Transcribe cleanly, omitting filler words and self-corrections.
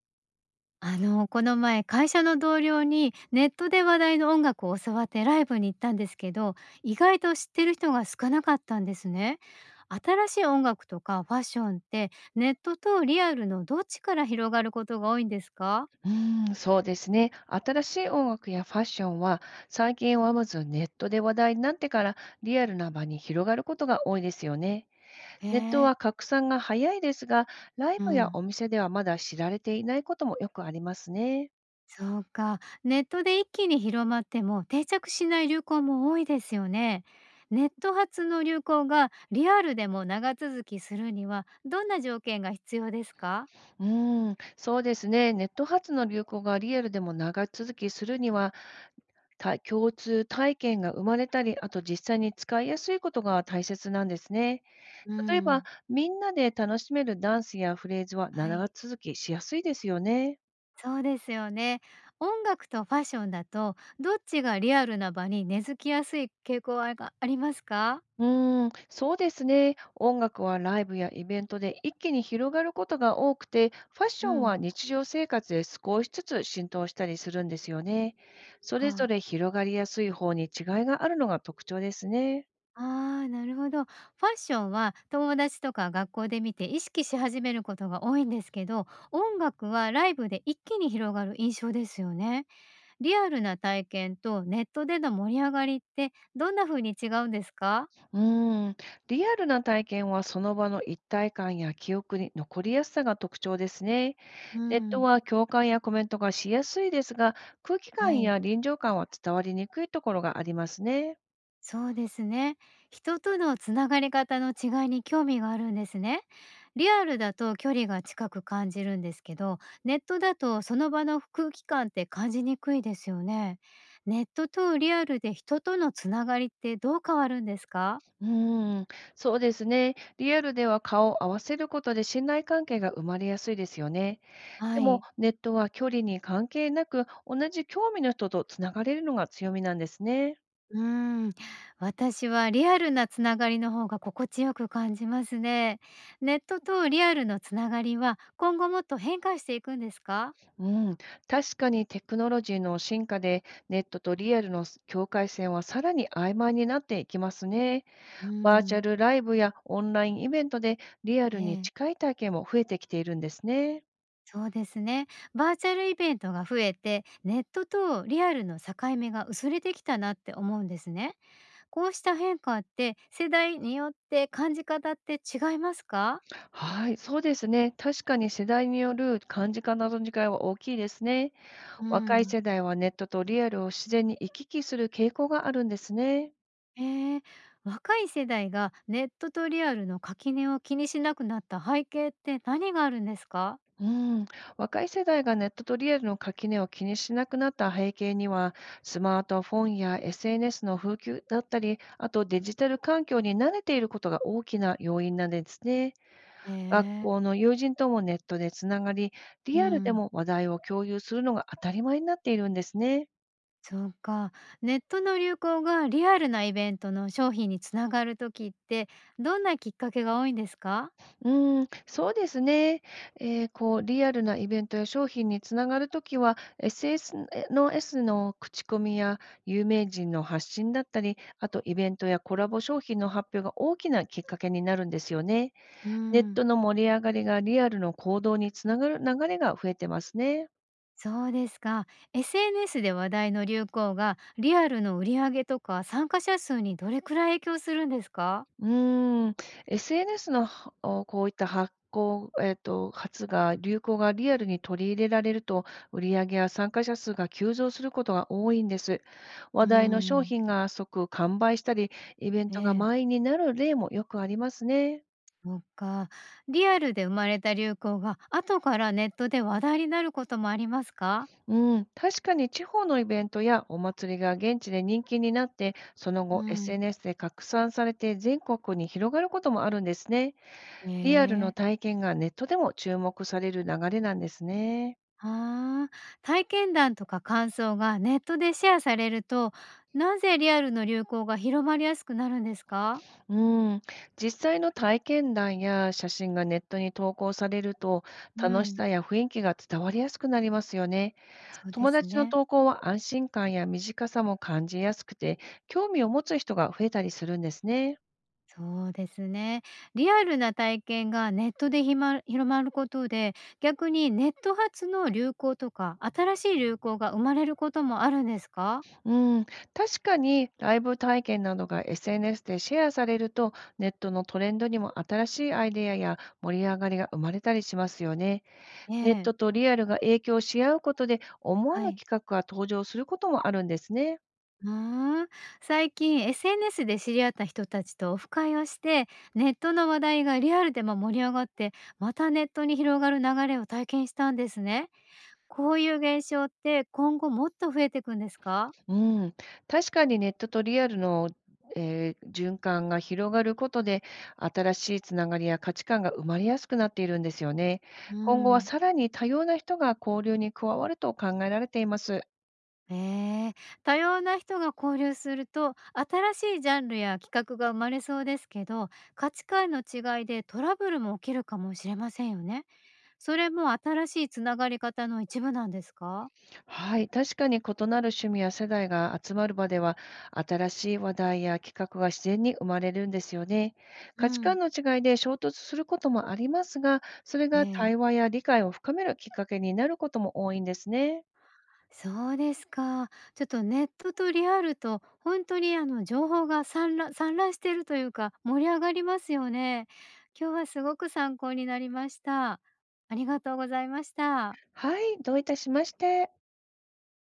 この前会社の同僚にネットで話題の音楽を教わってライブに行ったんですけど、意外と知ってる人が少なかったんですね。新しい音楽とかファッションってネットとリアルのどっちから広がることが多いんですか？そうですね。新しい音楽やファッションは、最近はまずネットで話題になってからリアルな場に広がることが多いですよね。へネットえ、は拡散が早いですが、ライうブやん。お店ではまだ知られていないこともよくありますね。そうか。ネットで一気に広まっても定着しない流行も多いですよね。ネット発の流行がリアルでも長続きするにはどんな条件が必要ですか？そうですね。ネット発の流行がリアルでも長続きするには、共通体験が生まれたり、あと実際に使いやすいことが大切なんですね。う例えば、ん、みんなで楽しめるダンスやフレーズはは長い。続きしやすいですよね。そうですよね。音楽とファッションだと、どっちがリアルな場に根付きやすい傾向はがありますか？そうですね。音楽はライブやイベントで一気に広がることが多くて、ファッうションはん。日常生活で少しずつ浸透したりするんですよね。それぞか。れ広がりやすい方に違いがあるのが特徴ですね。ああ、なるほど。ファッションは友達とか学校で見て意識し始めることが多いんですけど、音楽はライブで一気に広がる印象ですよね。リアルな体験とネットでの盛り上がりってどんな風に違うんですか？うーん、リアルな体験はその場の一体感や記憶に残りやすさが特徴ですね。うネットん。は共感やコメントがしやすいですが、空気は感い。や臨場感は伝わりにくいところがありますね。そうですね。人とのつながり方の違いに興味があるんですね。リアルだと距離が近く感じるんですけど、ネットだとその場の空気感って感じにくいですよね。ネットとリアルで人とのつながりってどう変わるんですか？うーん、そうですね。リアルでは顔を合わせることで信頼関係が生まれやすいですよね。はでも、い。ネットは距離に関係なく、同じ興味の人とつながれるのが強みなんですね。うーん、私はリアルなつながりの方が心地よく感じますね。ネットとリアルのつながりは今後もっと変化していくんですか？うん、確かにテクノロジーの進化で、ネットとリアルの境界線はさらに曖昧になっていきますね。うバーチャん、ルライブやオンラインイベントでリアルにええ、近い体験も増えてきているんですね。そうですね。バーチャルイベントが増えて、ネットとリアルの境目が薄れてきたなって思うんですね。こうした変化って世代によって感じ方って違いますか？はい、そうですね。確かに世代による感じ方の違いは大きいですね。う若いん、世代はネットとリアルを自然に行き来する傾向があるんですね。えー、若い世代がネットとリアルの垣根を気にしなくなった背景って何があるんですか？うん、若い世代がネットとリアルの垣根を気にしなくなった背景には、スマートフォンや SNS の普及だったり、あとデジタル環境に慣れていることが大きな要因なんですね。え学え、校の友人ともネットでつながり、うリアルでん、も話題を共有するのが当たり前になっているんですね。そうか。ネットの流行がリアルなイベントの商品につながる時ってどんなきっかけが多いんですか？そうですね。こう、リアルなイベントや商品につながるときは、SNS の S の口コミや有名人の発信だったり、あとイベントやコラボ商品の発表が大きなきっかけになるんですよね。うネッん、トの盛り上がりがリアルの行動につながる流れが増えてますね。そうですか。SNS で話題の流行がリアルの売り上げとか参加者数にどれくらい影響するんですか？うーん、SNS のこういった発行えっと、発が流行がリアルに取り入れられると、売り上げや参加者数が急増することが多いんです。う話ー題の商ん、品が即完売したり、イベンえトがえ、満員になる例もよくありますね。そっか。リアルで生まれた流行が後からネットで話題になることもありますか？うん、確かに地方のイベントやお祭りが現地で人気になって、そのう後 ん、 SNS で拡散されて全国に広がることもあるんですね。えリアルのえ。体験がネットでも注目される流れなんですね。ああ、体験談とか感想がネットでシェアされると、なぜリアルの流行が広まりやすくなるんですか？うーん、実際の体験談や写真がネットに投稿されると、う楽しん、さや雰囲気が伝わりやすくなりますよね。そうで友す達のね。投稿は安心感や短さも感じやすくて、興味を持つ人が増えたりするんですね。そうですね。リアルな体験がネットで広まることで、逆にネット発の流行とか、新しい流行が生まれることもあるんですか？うん、確かにライブ体験などが SNS でシェアされると、ネットのトレンドにも新しいアイデアや盛り上がりが生まれたりしますよね。えネッえ、トとリアルが影響し合うことで、思わはぬい。企画が登場することもあるんですね。うーん。最近 SNS で知り合った人たちとオフ会をして、ネットの話題がリアルでも盛り上がって、またネットに広がる流れを体験したんですね。こういう現象って今後もっと増えていくんですか？うん、確かにネットとリアルの、循環が広がることで、新しいつながりや価値観が生まれやすくなっているんですよね。う今後はん。さらに多様な人が交流に加わると考えられています。ええ、多様な人が交流すると新しいジャンルや企画が生まれそうですけど、価値観の違いでトラブルも起きるかもしれませんよね。それも新しいつながり方の一部なんですか？はい、確かに異なる趣味や世代が集まる場では、新しい話題や企画が自然に生まれるんですよね。う価値観ん、の違いで衝突することもありますが、それえがえ、対話や理解を深めるきっかけになることも多いんですね。そうですか。ちょっとネットとリアルと本当に情報が散乱散乱してるというか盛り上がりますよね。今日はすごく参考になりました。ありがとうございました。はい、どういたしまして。